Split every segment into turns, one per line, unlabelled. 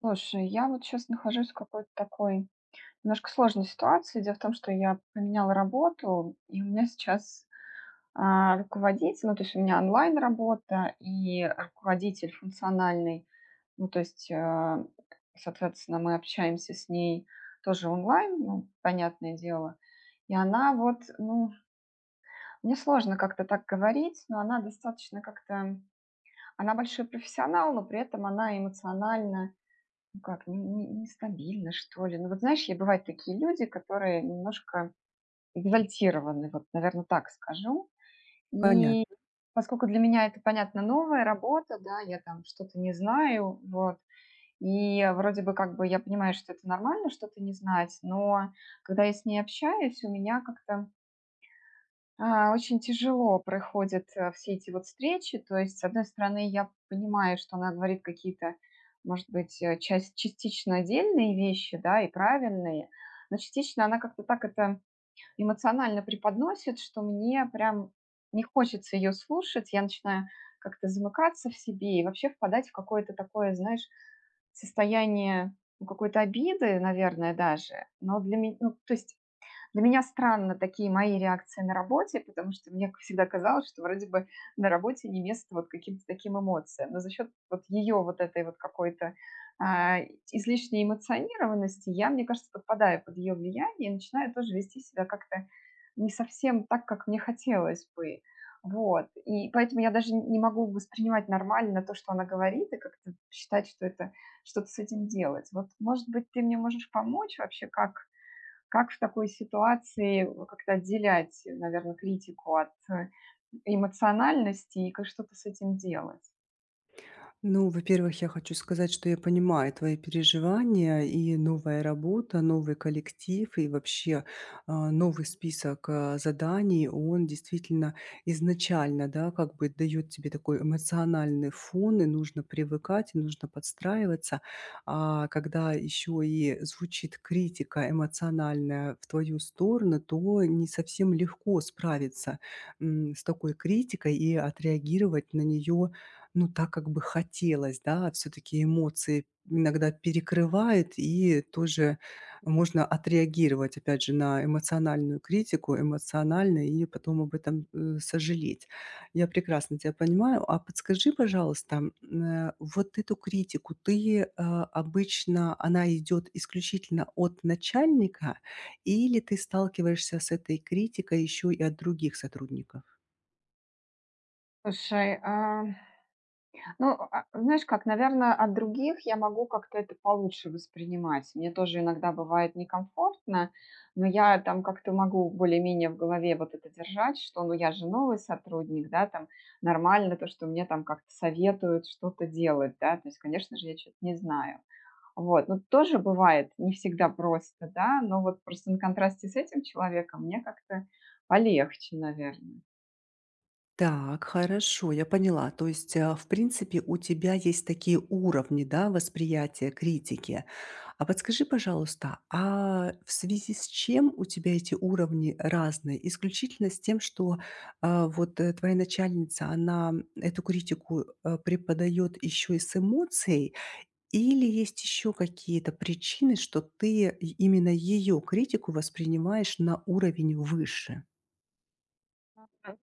Слушай, я вот сейчас нахожусь в какой-то такой немножко сложной ситуации. Дело в том, что я поменяла работу, и у меня сейчас, руководитель, ну, то есть у меня онлайн-работа и руководитель функциональный. Ну, то есть, соответственно, мы общаемся с ней тоже онлайн, ну, понятное дело. И она вот, ну, мне сложно как-то так говорить, но она достаточно как-то, она большой профессионал, но при этом она эмоционально ну как, не нестабильно, что ли. Ну вот знаешь, я бывают такие люди, которые немножко экзальтированы, вот, наверное, так скажу. И
Понятно.
поскольку для меня это, понятно, новая работа, да, я там что-то не знаю, вот, и вроде бы как бы я понимаю, что это нормально что-то не знать, но когда я с ней общаюсь, у меня как-то очень тяжело проходят, все эти вот встречи. То есть, с одной стороны, я понимаю, что она говорит какие-то, может быть, часть частично отдельные вещи, да, и правильные, но частично она как-то так это эмоционально преподносит, что мне прям не хочется ее слушать. Я начинаю как-то замыкаться в себе и вообще впадать в какое-то такое, знаешь, состояние, ну, какой-то обиды, наверное, даже. Но для меня, ну, то есть для меня странно такие мои реакции на работе, потому что мне всегда казалось, что вроде бы на работе не место вот каким-то таким эмоциям. Но за счет вот ее вот этой вот какой-то а, излишней эмоционированности я, мне кажется, подпадаю под ее влияние и начинаю тоже вести себя как-то не совсем так, как мне хотелось бы. Вот. И поэтому я даже не могу воспринимать нормально то, что она говорит, и как-то считать, что это что-то с этим делать. Вот, может быть, ты мне можешь помочь вообще, как в такой ситуации как-то отделять, наверное, критику от эмоциональности и как что-то с этим делать?
Ну, во-первых, я хочу сказать, что я понимаю твои переживания, и новая работа, новый коллектив, и вообще, новый список, заданий, он действительно изначально, да, как бы дает тебе такой эмоциональный фон, и нужно привыкать, и нужно подстраиваться. А когда еще и звучит критика эмоциональная в твою сторону, то не совсем легко справиться, с такой критикой и отреагировать на нее. Ну, так, как бы хотелось, да. Все таки эмоции иногда перекрывает, и тоже можно отреагировать, опять же, на эмоциональную критику эмоционально и потом об этом, сожалеть. Я прекрасно тебя понимаю. А подскажи, пожалуйста, вот эту критику ты, обычно она идет исключительно от начальника или ты сталкиваешься с этой критикой еще и от других сотрудников?
Слушай, ну, знаешь как, наверное, от других я могу как-то это получше воспринимать. Мне тоже иногда бывает некомфортно, но я там как-то могу более-менее в голове вот это держать, что, ну, я же новый сотрудник, да, там нормально то, что мне там как-то советуют что-то делать, да, то есть, конечно же, я что то не знаю. Вот, ну, тоже бывает не всегда просто, да, но вот просто на контрасте с этим человеком мне как-то полегче, наверное.
Так, хорошо, я поняла. То есть, в принципе, у тебя есть такие уровни, да, восприятия критики. А подскажи, пожалуйста, а в связи с чем у тебя эти уровни разные? Исключительно с тем, что твоя начальница, она эту критику преподает еще и с эмоцией, или есть еще какие-то причины, что именно ее критику воспринимаешь на уровень выше?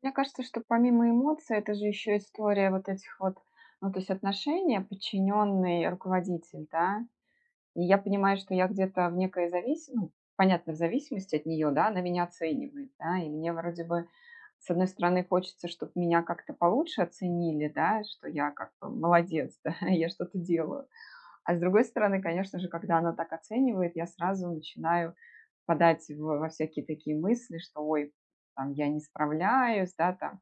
Мне кажется, что помимо эмоций, это же еще история вот этих вот, ну, то есть отношения, подчиненный, руководитель, да. И я понимаю, что я где-то в некой зависимости, ну, понятно, в зависимости от нее, да, она меня оценивает, да, и мне вроде бы, с одной стороны, хочется, чтобы меня как-то получше оценили, да, что я как бы молодец, да, я что-то делаю. А с другой стороны, конечно же, когда она так оценивает, я сразу начинаю подать во всякие такие мысли, что, ой, там, я не справляюсь, да, там,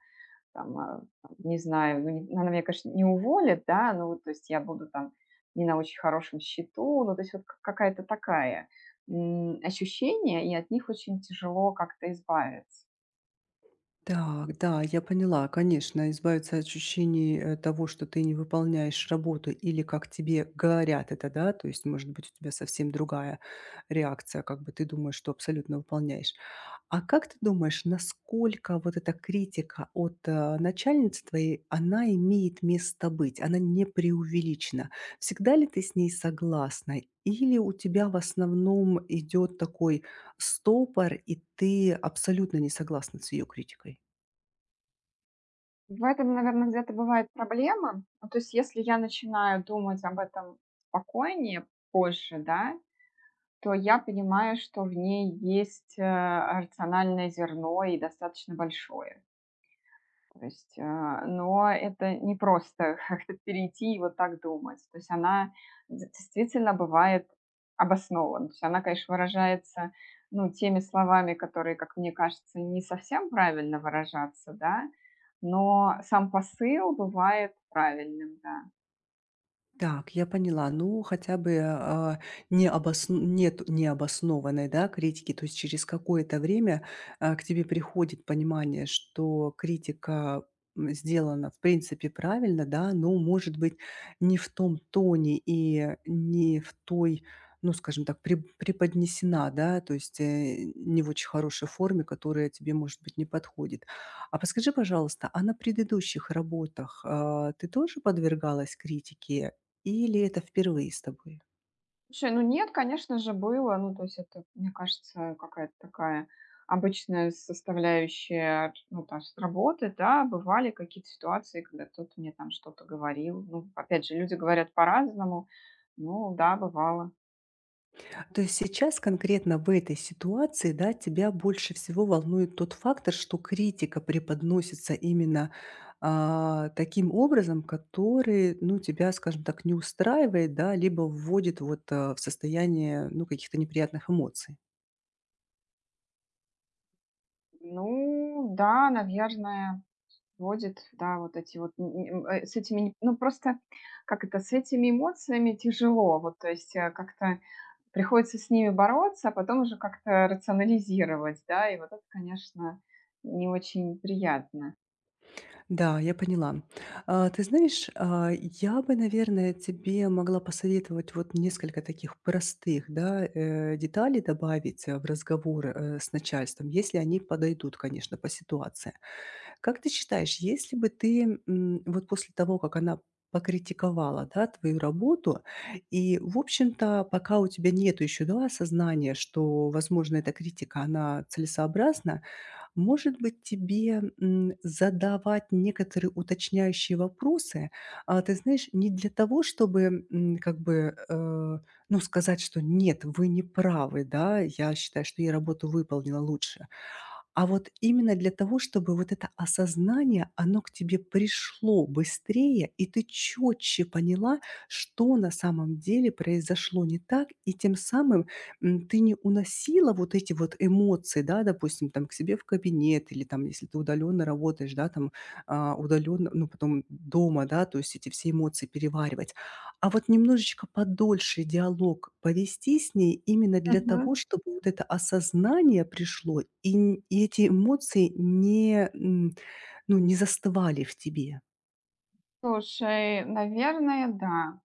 там, а, там, не знаю, ну, она меня, конечно, не уволит, да, ну, то есть я буду там не на очень хорошем счету, ну, то есть вот какая-то такая ощущение, и от них очень тяжело как-то избавиться.
Так, да, я поняла. Конечно, избавиться от ощущений того, что ты не выполняешь работу или как тебе говорят это, да, то есть, может быть, у тебя совсем другая реакция, как бы ты думаешь, что абсолютно выполняешь. А как ты думаешь, насколько вот эта критика от начальницы твоей, она имеет место быть, она не преувеличена? Всегда ли ты с ней согласна? Или у тебя в основном идет такой стопор, и ты абсолютно не согласна с ее критикой?
В этом, наверное, где-то бывает проблема. Ну, то есть, если я начинаю думать об этом спокойнее, позже, да, то я понимаю, что в ней есть, рациональное зерно и достаточно большое. То есть, но это не просто как-то перейти и вот так думать. То есть она д действительно бывает обоснована. То есть она, конечно, выражается, ну, теми словами, которые, как мне кажется, не совсем правильно выражаться, да, но сам посыл бывает правильным, да.
Так, я поняла. Ну, хотя бы а, не обосн- нет необоснованной да, критики, то есть через какое-то время к тебе приходит понимание, что критика сделана в принципе правильно, да, но может быть не в том тоне и не в той, ну, скажем так, преподнесена, да, то есть не в очень хорошей форме, которая тебе, может быть, не подходит. А подскажи, пожалуйста, а на предыдущих работах ты тоже подвергалась критике или это впервые с тобой?
Слушай, ну нет, конечно же, было. Ну, то есть это, мне кажется, какая-то такая обычная составляющая, ну, там, с работы, да, бывали какие-то ситуации, когда кто-то мне там что-то говорил. Ну, опять же, люди говорят по-разному. Ну, да, бывало.
То есть сейчас конкретно в этой ситуации, да, тебя больше всего волнует тот фактор, что критика преподносится именно, таким образом, который, ну, тебя, скажем так, не устраивает, да, либо вводит вот, в состояние, ну, каких-то неприятных эмоций.
Ну, да, наверное, вводит, да, вот эти вот, с этими, ну, просто, как это, с этими эмоциями тяжело, вот, то есть как-то приходится с ними бороться, а потом уже как-то рационализировать, да, и вот это, конечно, не очень приятно.
Да, я поняла. Ты знаешь, я бы, наверное, тебе могла посоветовать вот несколько таких простых, да, деталей добавить в разговор с начальством, если они подойдут, конечно, по ситуации. Как ты считаешь, если бы ты вот после того, как она покритиковала, да, твою работу, и, в общем-то, пока у тебя нет еще, да, осознания, что, возможно, эта критика, она целесообразна, может быть, тебе, задавать некоторые уточняющие вопросы, ты знаешь, не для того, чтобы, как бы, ну, сказать, что: "Нет, вы не правы, да, я считаю, что я работу выполнила лучше". А вот именно для того, чтобы вот это осознание, оно к тебе пришло быстрее, и ты четче поняла, что на самом деле произошло не так, и тем самым, ты не уносила вот эти вот эмоции, да, допустим, там к себе в кабинет или там, если ты удаленно работаешь, да, там, удаленно, ну, потом дома, да, то есть эти все эмоции переваривать. А вот немножечко подольше диалог повести с ней именно для того,
Мгм.
чтобы вот это осознание пришло, и эти эмоции не, ну, не застывали в тебе.
Слушай, наверное, да.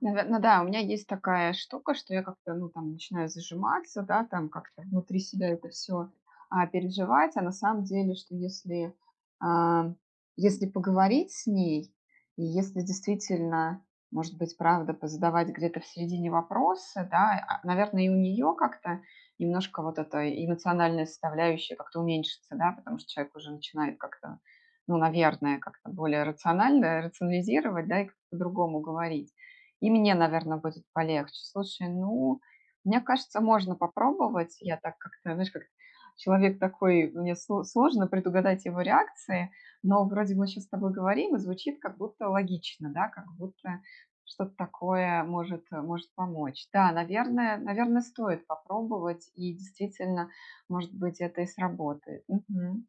Наверное, да, у меня есть такая штука, что я как-то, ну, там начинаю зажиматься, да, там как-то внутри себя это все переживать. А на самом деле, что если, а, если поговорить с ней, и если действительно, может быть, правда, позадавать где-то в середине вопросы, да, а, наверное, и у нее как-то немножко вот эта эмоциональная составляющая как-то уменьшится, да, потому что человек уже начинает как-то, ну, наверное, как-то более рационально рационализировать, да, и как-то по-другому говорить. И мне, наверное, будет полегче. Слушай, ну, мне кажется, можно попробовать. Я так как-то, знаешь, как человек такой, мне сложно предугадать его реакции, но вроде мы сейчас с тобой говорим, и звучит как будто логично, да, как будто что-то такое может, может помочь. Да, наверное, стоит попробовать, и действительно, может быть, это и сработает. Мгм.